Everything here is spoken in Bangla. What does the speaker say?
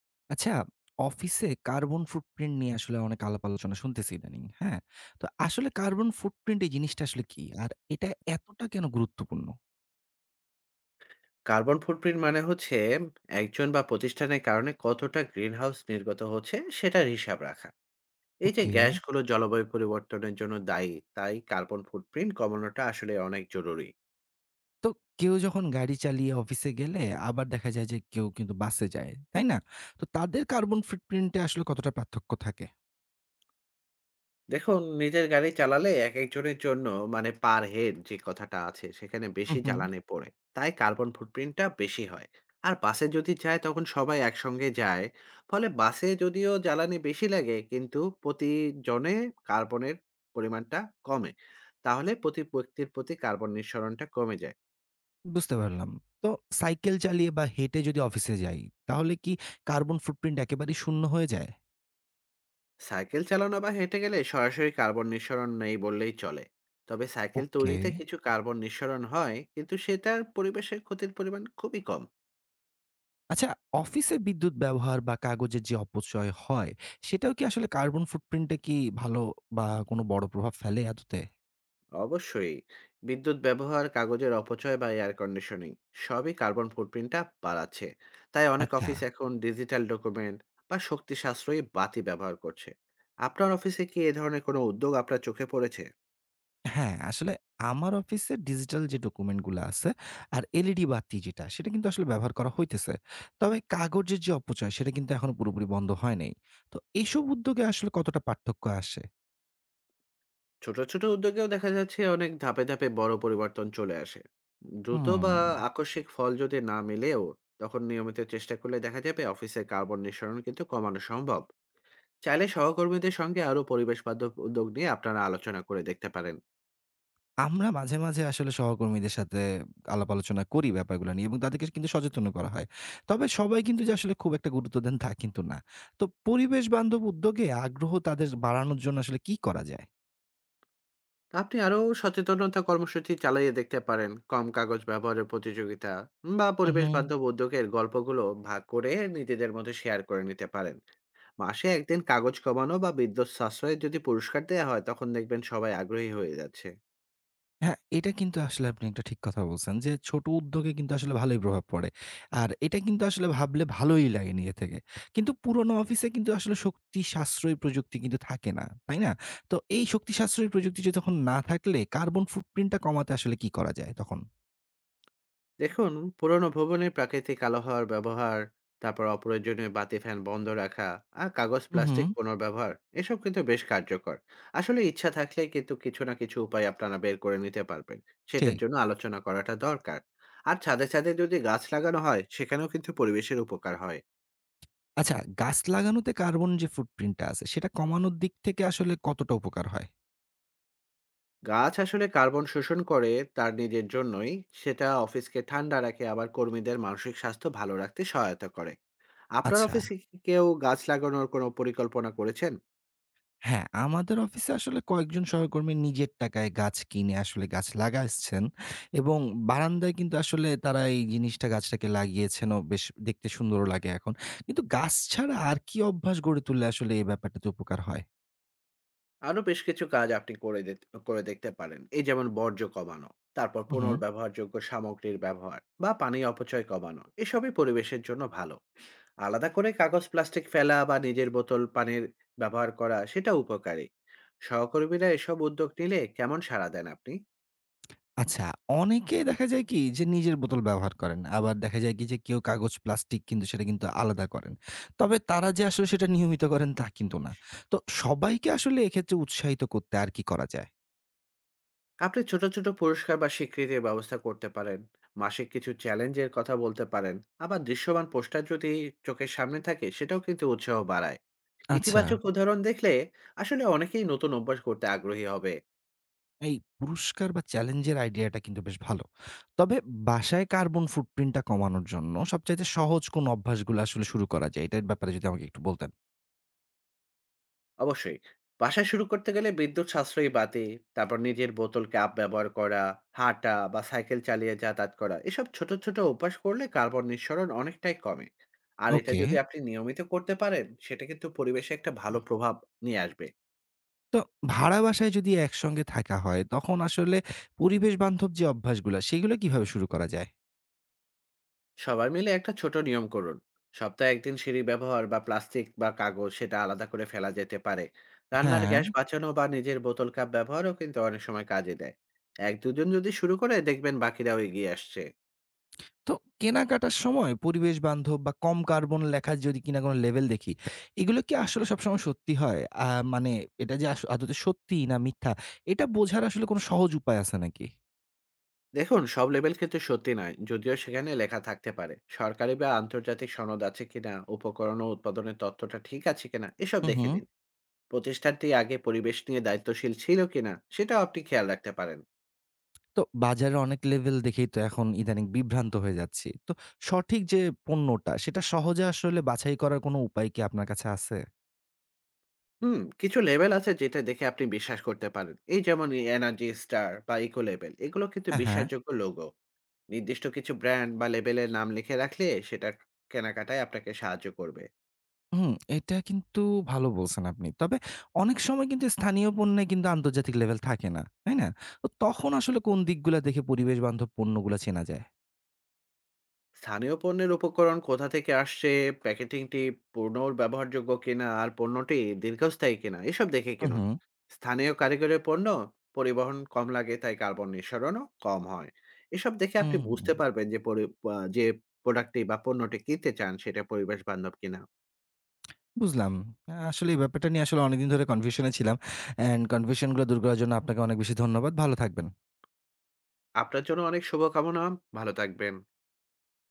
আচ্ছা, অফিসে কার্বন ফুটপ্রিন্ট নিয়ে আসলে অনেক আলাপ আলোচনা শুনতেছি ইদানিং। হ্যাঁ? তো আসলে কার্বন ফুটপ্রিন্ট এই জিনিসটা আসলে কি? আর এটা এতটা কেন গুরুত্বপূর্ণ? কার্বন ফুটপ্রিন্ট মানে হচ্ছে একজন বা প্রতিষ্ঠানের কারণে কতটা গ্রিনহাউস নির্গত হচ্ছে সেটার হিসাব রাখা। এই যে ওকে। গ্যাসগুলো জলবায়ু পরিবর্তনের জন্য দায়ী, তাই কার্বন ফুটপ্রিন্ট কমানোটা আসলে অনেক জরুরি। তো কেউ যখন গাড়ি চালিয়ে অফিসে গেলে আবার দেখা যায় যে কেউ কিন্তু বাসে যায়। তাই না? তো তাদের কার্বন ফুটপ্রিন্ট এ আসলে কতটা পার্থক্য থাকে? দেখুন, নিজের গাড়ি চালালে একেকজনের জন্য মানে পার হেড যে কথাটা আছে সেখানে হুম, বেশি হুম। জ্বালানি পড়ে। তাই কার্বন ফুটপ্রিন্টটা বেশি হয়। আর বাসে যদি যায় তখন সবাই একসঙ্গে যায়। ফলে বাসে যদিও জ্বালানি বেশি লাগে কিন্তু প্রতিজনে কার্বনের পরিমাণটা কমে। তাহলে প্রতি ব্যক্তির প্রতি কার্বন নিঃসরণটা কমে যায়। বুঝতে পারলাম। তো সাইকেল চালিয়ে বা হেঁটে যদি অফিসে যাই, তাহলে কি কার্বন ফুটপ্রিন্ট একেবারেই শূন্য হয়ে যায়? সাইকেল চালানো বা হেঁটে গেলে সরাসরি কার্বন নিঃসরণ নেই বললেই চলে। তবে সাইকেল ওকে। তৈরিতে কিছু কার্বন নিঃসরণ হয়, কিন্তু সেটার পরিবেশের ক্ষতির পরিমাণ খুবই কম। আচ্ছা, অফিসে বিদ্যুৎ ব্যবহার বা কাগজের যে অপচয় হয়, সেটাও কি আসলে কার্বন ফুটপ্রিন্ট এ কি ভালো বা কোনো বড় প্রভাব ফেলে আদতে? অবশ্যই বিদ্যুৎ ব্যবহার, কাগজের অপচয় বা এয়ার কন্ডিশনিং সবই কার্বন ফুটপ্রিন্টটা বাড়াচ্ছে। তাই অনেক আচ্ছা। অফিস এখন ডিজিটাল ডকুমেন্ট বা শক্তি সাশ্রয়ী বাতি ব্যবহার করছে। আপনার অফিসে কি এ ধরনের কোনো উদ্যোগ আপনার চোখে পড়েছে? হ্যাঁ, আসলে আমার অফিসে ডিজিটাল যে ডকুমেন্ট গুলা আছে আর এলইডি বাতি যেটা, সেটা কিন্তু আসলে ব্যবহার করা হইতেছে। তবে কাগজের যে অপচয়, সেটা কিন্তু এখনো পুরোপুরি বন্ধ হয় নাই। তো এসব উদ্যোগে আসলে কতটা পার্থক্য আসে? ছোট ছোট উদ্যোগেও দেখা যাচ্ছে অনেক ধাপে ধাপে বড় পরিবর্তন চলে আসে। দ্রুত বা হুম। আকস্মিক ফল যদি না মিলেও তখন নিয়মিত চেষ্টা করলে দেখা যাবে অফিসের কার্বন নিঃসরণ কিন্তু কমানো সম্ভব। চাইলে সহকর্মীদের সঙ্গে আরো পরিবেশ বান্ধব উদ্যোগ নিয়ে আপনারা আলোচনা করে দেখতে পারেন। আমরা মাঝে মাঝে আসলে সহকর্মীদের সাথে আলাপ আলোচনা করি ব্যাপারগুলো নিয়ে এবং তাদেরকে কিন্তু সচেতনও করা হয়। তবে সবাই কিন্তু যে আসলে খুব একটা গুরুত্ব দেন তা কিন্তু না। তো পরিবেশ বান্ধব উদ্যোগে আগ্রহ তাদের বাড়ানোর জন্য আসলে কি করা যায়? আপনি আরো সচেতনতা কর্মসূচি চালিয়ে দেখতে পারেন, কম কাগজ ব্যবহারের প্রতিযোগিতা বা হু, হু। পরিবেশ বান্ধব উদ্যোগের গল্পগুলো ভাগ করে নিজেদের মধ্যে শেয়ার করে নিতে পারেন। মাসে একদিন কাগজ কমানো বা বিদ্যুৎ সাশ্রয়ের যদি পুরস্কার দেওয়া হয় তখন দেখবেন সবাই আগ্রহী হয়ে যাচ্ছে। হ্যাঁ, এটা কিন্তু আসলে আপনি একটা ঠিক কথা বলছেন যে, ছোট উদ্যোগে কিন্তু আসলে ভালোই প্রভাব পড়ে। আর এটা কিন্তু আসলে ভাবলে ভালোই লাগে নিজে থেকে। কিন্তু পুরনো অফিসে কিন্তু আসলে শক্তি সাশ্রয়ী প্রযুক্তি কিন্তু থাকে না, তাই না? তো এই শক্তি সাশ্রয়ী প্রযুক্তি যে তখন না থাকলে কার্বন ফুটপ্রিন্ট টা কমাতে আসলে কি করা যায় তখন? দেখুন, পুরোনো ভবনে প্রাকৃতিক আলো হওয়ার ব্যবহার, তারপর অপ্রয়োজনীয় বাতি ফ্যান বন্ধ রাখা, আর কাগজ হু, হু। প্লাস্টিক পুনর্ব্যবহার, এসব কিন্তু বেশ কার্যকর। আসলে ইচ্ছা থাকলে কিন্তু কিছু না কিছু উপায় আপনারা বের করে নিতে পারবেন। সেটার ঠিক। জন্য আলোচনা করাটা দরকার। আর ছাদে ছাদে যদি গাছ লাগানো হয় সেখানেও কিন্তু পরিবেশের উপকার হয়। আচ্ছা গাছ লাগানোতে কার্বন যে ফুটপ্রিন্ট টা আছে সেটা কমানোর দিক থেকে আসলে কতটা উপকার হয়? গাছ আসলে কার্বন শোষণ করে তার নিজের জন্যই। সেটা অফিসকে ঠান্ডা রাখে, আবার কর্মীদের মানসিক স্বাস্থ্য ভালো রাখতে সহায়তা করে। আপনার আচ্ছা। অফিসে কি কেউ গাছ লাগানোর কোনো পরিকল্পনা করেছেন? হ্যাঁ, আমাদের অফিসে আসলে কয়েকজন সহকর্মী নিজের টাকায় গাছ কিনে আসলে গাছ লাগাচ্ছেন এবং বারান্দায় কিন্তু আসলে তারা এই জিনিসটা গাছটাকে লাগিয়েছেনও বেশ দেখতে সুন্দরও লাগে এখন। কিন্তু গাছ ছাড়া আর কি অভ্যাস গড়ে তুললে আসলে এই ব্যাপারটাতে উপকার হয়? আরো বেশ কিছু কাজ আপনি করে দেখতে পারেন, এই যেমন বর্জ্য কমানো, তারপর হু, হু। পুনর্ব্যবহারযোগ্য সামগ্রীর ব্যবহার বা পানি অপচয় কমানো, এসবই পরিবেশের জন্য ভালো। আলাদা করে কাগজ প্লাস্টিক ফেলা বা নিজের বোতল পানির ব্যবহার করা, সেটা উপকারী। সহকর্মীরা এসব উদ্যোগ নিলে কেমন সাড়া দেন আপনি? আচ্ছা, অনেকে দেখা যায় কি যে নিজের বোতল ব্যবহার করেন। আবার দেখা যায় কি যে কেউ কাগজ, প্লাস্টিক কিন্তু সেটা কিন্তু আলাদা করেন। তবে তারা যে আসলে সেটা নিয়মিত করেন তা কিন্তু না। তো সবাইকে আসলে এক্ষেত্রে উৎসাহিত করতে আর কি করা যায়? আপনি ছোট ছোট পুরস্কার বা স্বীকৃতির ব্যবস্থা করতে পারেন, মাসিক কিছু চ্যালেঞ্জের কথা বলতে পারেন। আবার দৃশ্যমান পোস্টার যদি চোখের সামনে থাকে সেটাও কিন্তু উৎসাহ বাড়ায়। আচ্ছা। ইতিবাচক উদাহরণ দেখলে আসলে অনেকেই নতুন অভ্যাস করতে আগ্রহী হবে। এই পুরস্কার বা চ্যালেঞ্জের আইডিয়াটা কিন্তু বেশ ভালো। তবে বাসায় কার্বন ফুটপ্রিন্টটা কমানোর জন্য সবচাইতে সহজ কোন অভ্যাসগুলো আসলে শুরু করা যায়? এটার ব্যাপারে যদি আমাকে একটু বলতেন। অবশ্যই, বাসায় শুরু করতে গেলে বিদ্যুৎ সাশ্রয়ী বাতি, তারপর নিজের বোতল কাপ ব্যবহার করা, হাঁটা বা সাইকেল চালিয়ে যাতায়াত করা, এসব ছোট ছোট অভ্যাস করলে কার্বন নিঃসরণ অনেকটাই কমে। আর এটা ওকে। যদি আপনি নিয়মিত করতে পারেন সেটা কিন্তু পরিবেশে একটা হুম। ভালো প্রভাব নিয়ে আসবে। তো ভাড়া বাসায় যদি একসঙ্গে থাকা হয়, তখন আসলে পরিবেশ বান্ধব যে অভ্যাসগুলা, সেগুলো কিভাবে শুরু করা যায়? সবাই মিলে একটা ছোট নিয়ম করুন। সপ্তাহে একদিন সিঁড়ি ব্যবহার বা প্লাস্টিক বা কাগজ সেটা আলাদা করে ফেলা যেতে পারে। রান্নার হ্যাঁ। গ্যাস বাঁচানো বা নিজের বোতল কাপ ব্যবহারও কিন্তু অনেক সময় কাজে দেয়। এক দুজন যদি শুরু করে দেখবেন বাকিরাও এগিয়ে আসছে। তো কেনাকাটার সময় পরিবেশ বান্ধব বা কম কার্বন লেখা যদি কিনা কোনো লেবেল দেখি, এগুলো কি আসলে সবসময় সত্যি হয়? মানে এটা যে আদতে সত্যি না মিথ্যা, এটা বোঝার আসলে কোনো সহজ উপায় আছে নাকি? দেখুন, সব লেভেল কিন্তু সত্যি নয়। যদিও সেখানে লেখা থাকতে পারে, সরকারি বা আন্তর্জাতিক সনদ আছে কিনা, উপকরণ ও উৎপাদনের তথ্যটা ঠিক আছে কিনা, এসব হুম, দেখে হুম। দিন। প্রতিষ্ঠানটি আগে পরিবেশ নিয়ে দায়িত্বশীল ছিল কিনা সেটাও আপনি খেয়াল রাখতে পারেন। তো বাজারে অনেক লেভেল দেখেই তো এখন ইদানিং বিভ্রান্ত হয়ে যাচ্ছি। তো সঠিক যে পণ্যটা সেটা সহজে আসলে বাছাই করার কোনো উপায় কি আপনার কাছে আছে? হুম, কিছু লেভেল আছে যেটা দেখে আপনি বিশ্বাস করতে পারেন। এই যেমন এই এনার্জি স্টার বা ইকো লেভেল, এগুলো কিন্তু হুম, হ্যাঁ, হ্যাঁ। বিশ্বাসযোগ্য লোগো। নির্দিষ্ট কিছু ব্র্যান্ড বা লেবেলের নাম লিখে রাখলে সেটা কেনাকাটায় আপনাকে সাহায্য করবে। হুম, এটা কিন্তু ভালো বলছেন আপনি। তবে অনেক সময় কিন্তু স্থানীয় পণ্যে কিন্তু আন্তর্জাতিক লেভেল থাকে না। তাই না? তো তখন আসলে কোন দিকগুলা দেখে পরিবেশ বান্ধব পণ্যগুলা চেনা যায়? স্থানীয় পণ্যের উপকরণ কোথা থেকে আসছে, প্যাকেটিংটি পুনর্ব্যবহারযোগ্য কিনা, আর পণ্যটি দীর্ঘস্থায়ী কিনা, এসব দেখে হুম, কিনুন। হুম। স্থানীয় কারিগরের পণ্য পরিবহন কম লাগে, তাই কার্বন নিঃসরণও কম হয়। এসব দেখে আপনি হুম, বুঝতে পারবেন যে যে প্রোডাক্টটি বা পণ্যটি কিনতে চান সেটা পরিবেশ বান্ধব কিনা। বুঝলাম। আসলে এই ব্যাপারটা নিয়ে আসলে অনেকদিন ধরে কনফিউশন এ ছিলাম। অ্যান্ড কনফিউশন গুলো দূর করার জন্য আপনাকে অনেক বেশি ধন্যবাদ। ভালো থাকবেন। আপনার জন্য অনেক শুভকামনা। ভালো থাকবেন।